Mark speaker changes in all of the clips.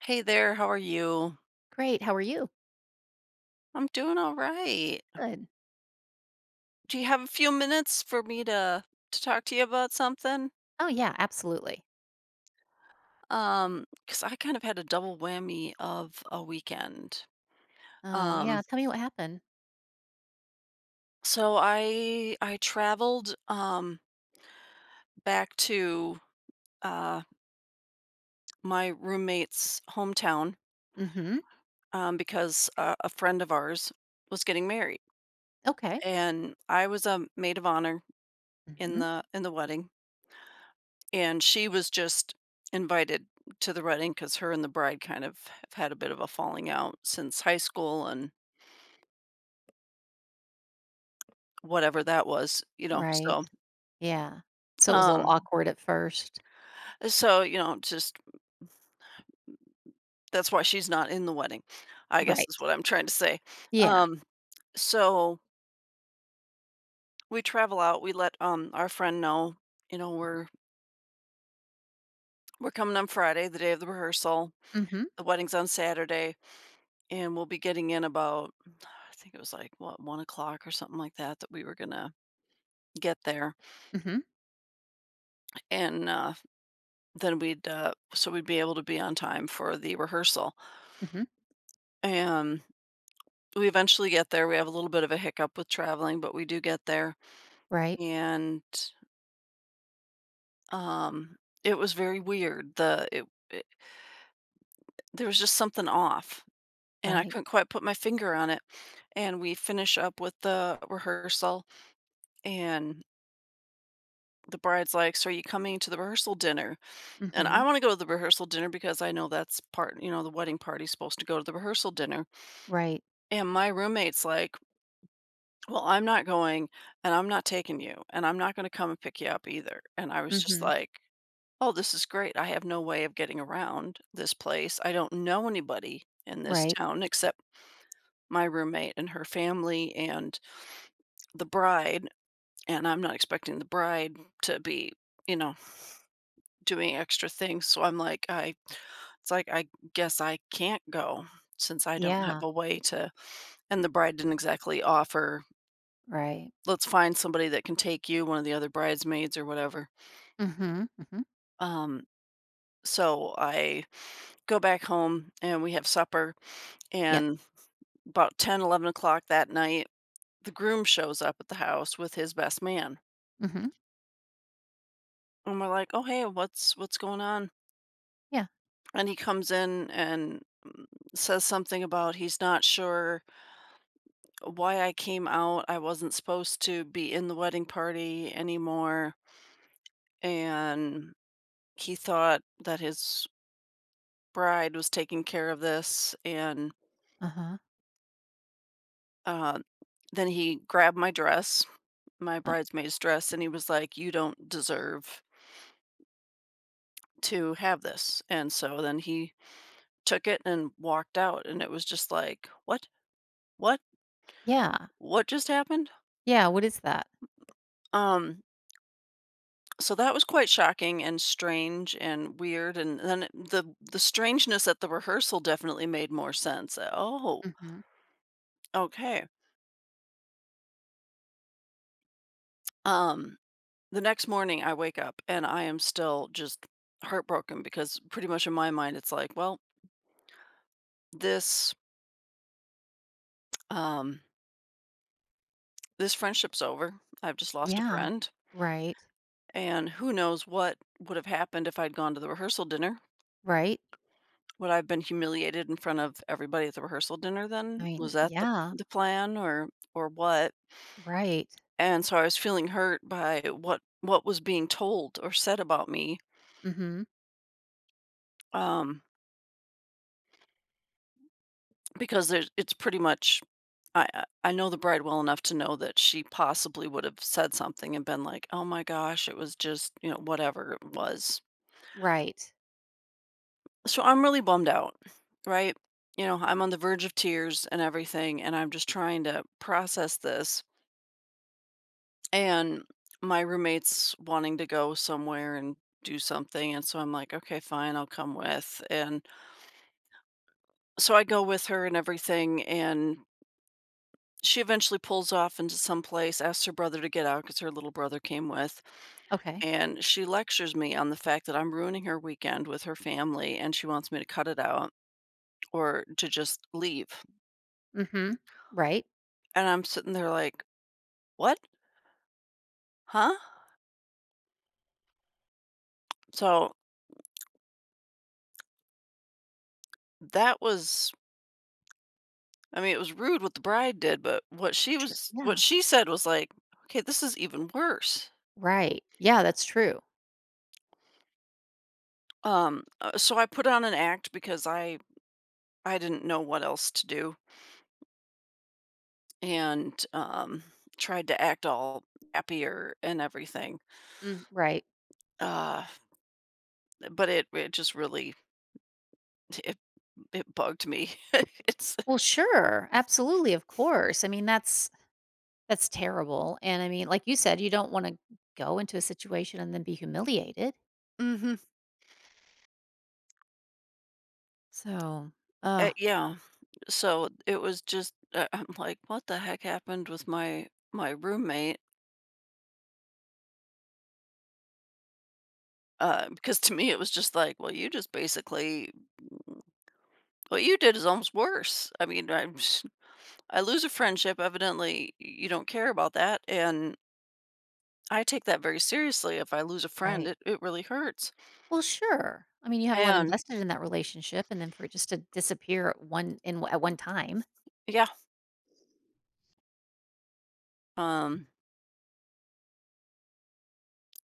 Speaker 1: Hey there, how are you?
Speaker 2: Great, how are you?
Speaker 1: I'm doing all right.
Speaker 2: Good.
Speaker 1: Do you have a few minutes for me to talk to you about something?
Speaker 2: Oh, yeah, absolutely.
Speaker 1: 'Cause I kind of had a double whammy of a weekend.
Speaker 2: Oh,
Speaker 1: Um,
Speaker 2: yeah, tell me what happened.
Speaker 1: so I traveled back to uh my roommate's hometown
Speaker 2: Mhm.
Speaker 1: because a friend of ours was getting married,
Speaker 2: Okay.
Speaker 1: and I was a maid of honor in
Speaker 2: Mhm.
Speaker 1: the wedding. And she was just invited to the wedding because her and the bride kind of have had a bit of a falling out since high school, and whatever that was,
Speaker 2: Right.
Speaker 1: so,
Speaker 2: Yeah. So it was a little
Speaker 1: um
Speaker 2: awkward at first.
Speaker 1: just that's why she's not in the wedding, I guess
Speaker 2: Right.
Speaker 1: is what I'm trying to say.
Speaker 2: Yeah.
Speaker 1: Um, so we travel out, we let, our friend know, you know, we're we're coming on Friday, the day of the rehearsal.
Speaker 2: Mhm.
Speaker 1: The wedding's on Saturday, and we'll be getting in about, I think it was, like, what, 1 o'clock or something like that, that we were gonna get there,
Speaker 2: Mhm.
Speaker 1: and then we'd so we'd be able to be on time for the rehearsal.
Speaker 2: Mhm.
Speaker 1: And we eventually get there. We have a little bit of a hiccup with traveling, but we do get there.
Speaker 2: Right.
Speaker 1: And um it was very weird. The it, it there was just something off, and I
Speaker 2: Right.
Speaker 1: couldn't quite put my finger on it. And we finish up with the rehearsal, and the bride's like, "So are you coming to the rehearsal dinner?" And I
Speaker 2: Mhm.
Speaker 1: want to go to the rehearsal dinner because I know that's part, the wedding party's supposed to go to the rehearsal dinner.
Speaker 2: Right.
Speaker 1: And my roommate's like, "Well, I'm not going, and I'm not taking you, and I'm not gonna come and pick you up either." And I was just
Speaker 2: Mhm.
Speaker 1: like, "Oh, this is great. I have no way of getting around this place. I don't know anybody in this
Speaker 2: Right.
Speaker 1: town except my roommate and her family and the bride, and I'm not expecting the bride to be, you know, doing extra things." So I'm like, I it's like, I guess I can't go, since I don't have
Speaker 2: Yeah.
Speaker 1: a way to. And the bride didn't exactly offer,
Speaker 2: Right.
Speaker 1: "Let's find somebody that can take you, one of the other bridesmaids or whatever."
Speaker 2: Mhm. Mhm.
Speaker 1: Um, so I go back home and we have supper. And
Speaker 2: Yes.
Speaker 1: about 10, 11 o'clock that night, the groom shows up at the house with his best man.
Speaker 2: Mhm.
Speaker 1: And we're like, "Oh, hey, what's going on?"
Speaker 2: Yeah.
Speaker 1: And he comes in and says something about he's not sure why I came out. I wasn't supposed to be in the wedding party anymore. And he thought that his bride was taking care of this, and
Speaker 2: Uh-huh.
Speaker 1: uh, then he grabbed my dress, my
Speaker 2: Uh
Speaker 1: bridesmaid's dress, and he was like, "You don't deserve to have this." And so then he took it and walked out, and it was just like, "What? What?
Speaker 2: Yeah.
Speaker 1: What just happened?"
Speaker 2: Yeah, what is that?
Speaker 1: Um, so that was quite shocking and strange and weird, and then the strangeness at the rehearsal definitely made more sense. Oh,
Speaker 2: Mhm.
Speaker 1: okay. Um The next morning, I wake up and I am still just heartbroken because pretty much in my mind, it's like, well, this um, this friendship's over. I've just lost a
Speaker 2: Yeah.
Speaker 1: friend,
Speaker 2: Right.
Speaker 1: and who knows what would have happened if I'd gone to the rehearsal dinner?
Speaker 2: Right.
Speaker 1: Would I have been humiliated in front of everybody at the rehearsal dinner?
Speaker 2: I
Speaker 1: Then
Speaker 2: mean,
Speaker 1: was that the
Speaker 2: yeah.
Speaker 1: the plan, or what?
Speaker 2: Right.
Speaker 1: And so I was feeling hurt by what was being told or said about me.
Speaker 2: Mhm.
Speaker 1: Um, Because there's It's pretty much, I know the bride well enough to know that she possibly would have said something and been like, "Oh my gosh, it was just, whatever it was."
Speaker 2: Right.
Speaker 1: So I'm really bummed out, right? I'm on the verge of tears and everything, and I'm just trying to process this. And my roommate's wanting to go somewhere and do something, and so I'm like, "Okay, fine, I'll come with." And so I go with her and everything, and she eventually pulls off into some place, asks her brother to get out because her little brother came with,
Speaker 2: Okay.
Speaker 1: and she lectures me on the fact that I'm ruining her weekend with her family, and she wants me to cut it out or to just leave.
Speaker 2: Mhm. Right.
Speaker 1: And I'm sitting there like, "What? Huh?" So, that was I mean, it was rude what the bride did, but
Speaker 2: Sure.
Speaker 1: what
Speaker 2: Yeah.
Speaker 1: she said was like, "Okay, this is even worse."
Speaker 2: Right. Yeah, that's true.
Speaker 1: So I put on an act because I didn't know what else to do. And, tried to act all happier and everything.
Speaker 2: Mm, right.
Speaker 1: Uh, but it just really, it it bugged me. It's
Speaker 2: Well, sure. Absolutely, of course. I mean, that's terrible, and I mean, like you said, you don't wanna go into a situation and then be humiliated.
Speaker 1: Mhm.
Speaker 2: So,
Speaker 1: Uh,
Speaker 2: uh,
Speaker 1: yeah, so it was just, I'm like, "What the heck happened with my roommate?" Because to me, it was just like, "Well, you just basically what you did is almost worse." I mean, I'm s I lose a friendship, evidently, you don't care about that, and I take that very seriously. If I lose a friend,
Speaker 2: right.
Speaker 1: it really hurts,
Speaker 2: Well, sure. I mean, you have a lot
Speaker 1: and
Speaker 2: invested in that relationship and then for it just to disappear at one in at one time.
Speaker 1: Yeah. Um,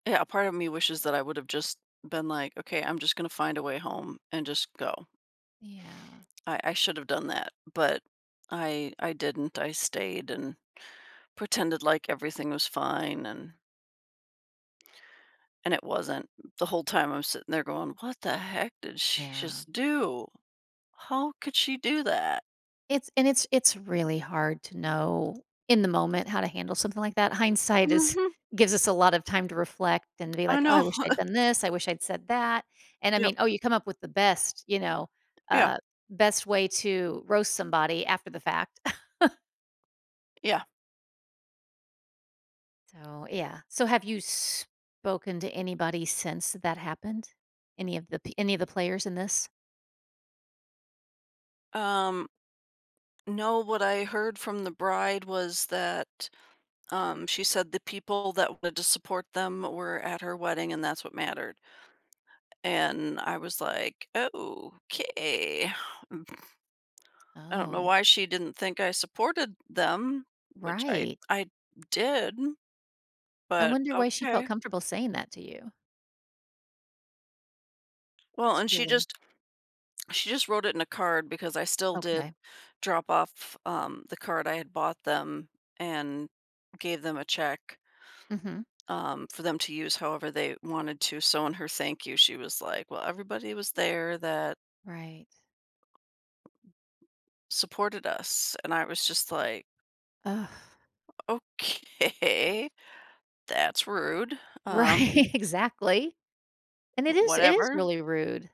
Speaker 1: yeah, a part of me wishes that I would have just been like, okay, I'm just gonna find a way home and just go.
Speaker 2: Yeah.
Speaker 1: I should have done that, but I didn't. I stayed and pretended like everything was fine, and it wasn't. The whole time I'm sitting there going, "What the heck did she
Speaker 2: Yeah.
Speaker 1: just do? How could she do that?"
Speaker 2: It's and it's it's really hard to know in the moment how to handle something like that. Hindsight is
Speaker 1: Hmm.
Speaker 2: gives us a lot of time to reflect and be
Speaker 1: I
Speaker 2: like, "Oh, I
Speaker 1: know.
Speaker 2: wish I'd done this. I wish I'd said that." And I
Speaker 1: Yep.
Speaker 2: mean, oh, you come up with the best, you know,
Speaker 1: Yeah.
Speaker 2: uh, best way to roast somebody after the fact.
Speaker 1: Yeah.
Speaker 2: So, yeah. So have you spoken to anybody since that happened? Any of the p any of the players in this?
Speaker 1: Um, no, what I heard from the bride was that, she said the people that wanted to support them were at her wedding, and that's what mattered. And I was like, okay. I don't know
Speaker 2: Oh,
Speaker 1: why she didn't think I supported them, which I
Speaker 2: right.
Speaker 1: I did,
Speaker 2: I
Speaker 1: but
Speaker 2: wonder why she felt
Speaker 1: okay.
Speaker 2: comfortable saying that to you.
Speaker 1: Well,
Speaker 2: That's
Speaker 1: and
Speaker 2: really
Speaker 1: she just wrote it in a card because I still did
Speaker 2: okay.
Speaker 1: drop off the card I had bought them and gave them a check
Speaker 2: Mhm.
Speaker 1: for them to use however they wanted to. So in her thank you, she was like, "Well, everybody was there that
Speaker 2: Right.
Speaker 1: supported us," and I was just like,
Speaker 2: Ugh.
Speaker 1: "Okay, that's rude." Um,
Speaker 2: Right, exactly. And it is
Speaker 1: whatever.
Speaker 2: really rude.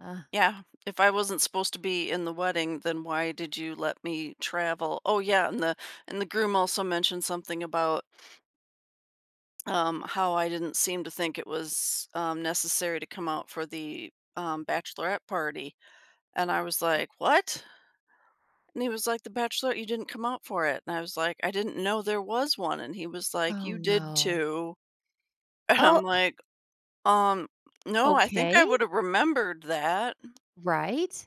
Speaker 2: Uh,
Speaker 1: Yeah, if I wasn't supposed to be in the wedding, then why did you let me travel? Oh yeah, and the groom also mentioned something about how I didn't seem to think it was necessary to come out for the bachelorette party. And I was like, "What?" And he was like, "The Bachelorette, you didn't come out for it." And I was like, "I didn't know there was one." And he was like,
Speaker 2: oh,
Speaker 1: "You did
Speaker 2: no.
Speaker 1: too." And
Speaker 2: Oh,
Speaker 1: I'm like, "Um, no, I
Speaker 2: okay.
Speaker 1: think I would have remembered that."
Speaker 2: Right,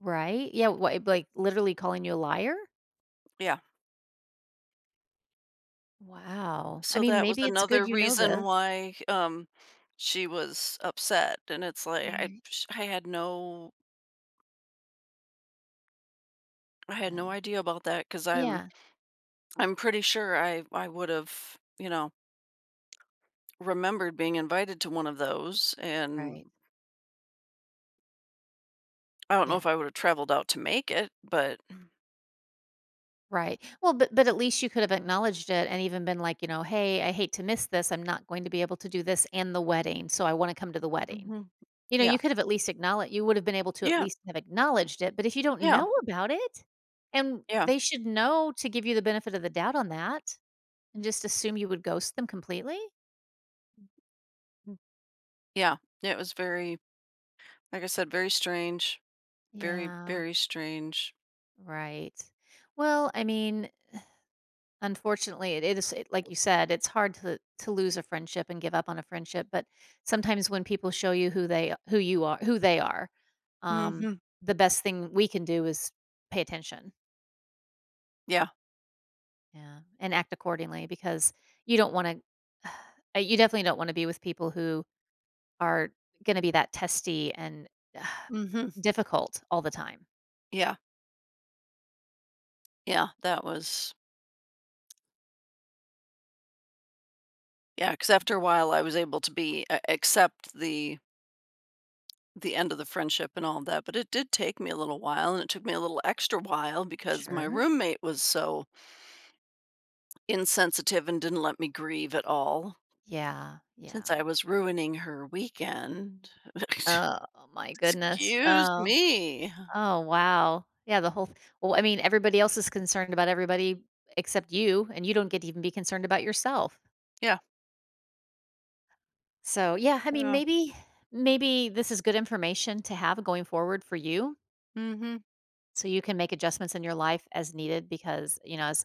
Speaker 2: right. Yeah, what, like, literally calling you a liar?
Speaker 1: Yeah.
Speaker 2: Wow. I
Speaker 1: So
Speaker 2: mean,
Speaker 1: that was
Speaker 2: maybe it's good
Speaker 1: another
Speaker 2: you know
Speaker 1: reason
Speaker 2: this.
Speaker 1: why, she was upset, and it's like
Speaker 2: Right.
Speaker 1: I had
Speaker 2: Yeah.
Speaker 1: no idea about that, because I 'cause
Speaker 2: Yeah,
Speaker 1: I'm pretty sure I would have, remembered being invited to one of those, and
Speaker 2: right.
Speaker 1: I don't know
Speaker 2: Yeah,
Speaker 1: if I would have traveled out to make it, but
Speaker 2: right. Well, but at least you could have acknowledged it and even been like, you know, "Hey, I hate to miss this. I'm not going to be able to do this and the wedding, so I wanna come to the wedding."
Speaker 1: Mhm.
Speaker 2: You know,
Speaker 1: Yeah.
Speaker 2: you could have at least acknowledged you would have been able to at
Speaker 1: Yeah,
Speaker 2: least have acknowledged it, but if you don't
Speaker 1: yeah,
Speaker 2: know about it and
Speaker 1: yeah,
Speaker 2: they should know to give you the benefit of the doubt on that and just assume you would ghost them completely?
Speaker 1: mm, yeah. Yeah, it was very, like I said, very strange, very,
Speaker 2: Yeah,
Speaker 1: very strange.
Speaker 2: right. Well, I mean, unfortunately, it, like you said, it's hard to lose a friendship and give up on a friendship, but sometimes when people show you who you are, who they are, um,
Speaker 1: Mhm.
Speaker 2: the best thing we can do is pay attention.
Speaker 1: Yeah.
Speaker 2: Yeah, and act accordingly because you don't wanna you definitely don't wanna be with people who are gonna be that testy and
Speaker 1: Mhm.
Speaker 2: difficult all the time.
Speaker 1: Yeah. Yeah. That was Yeah. Because after a while, I was able to accept the end of the friendship and all of that, but it did take me a little while, and it took me a little extra while because my
Speaker 2: Sure.
Speaker 1: roommate was so insensitive and didn't let me grieve at all.
Speaker 2: Yeah,
Speaker 1: Since
Speaker 2: yeah.
Speaker 1: I was ruining her weekend.
Speaker 2: Oh my goodness.
Speaker 1: Excuse
Speaker 2: Oh,
Speaker 1: me.
Speaker 2: oh, wow. Yeah, the whole well, I mean, everybody else is concerned about everybody except you, and you don't get to even be concerned about yourself.
Speaker 1: Yeah.
Speaker 2: So, yeah, I mean, maybe this is good information to have going forward for you.
Speaker 1: Hmm.
Speaker 2: So you can make adjustments in your life as needed because, you know, as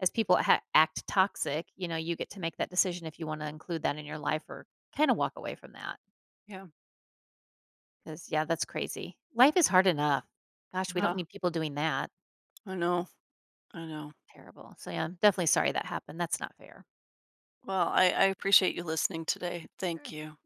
Speaker 2: as people ha- act toxic, you know, you get to make that decision if you want to include that in your life or kind of walk away from that.
Speaker 1: Yeah.
Speaker 2: Cuz yeah, that's crazy. Life is hard enough. Gosh, we don't
Speaker 1: Wow.
Speaker 2: need people doing that.
Speaker 1: I know. I know.
Speaker 2: Terrible. So yeah, I'm definitely sorry that happened. That's not fair.
Speaker 1: Well, I appreciate you listening today.
Speaker 2: Sure.
Speaker 1: Thank you.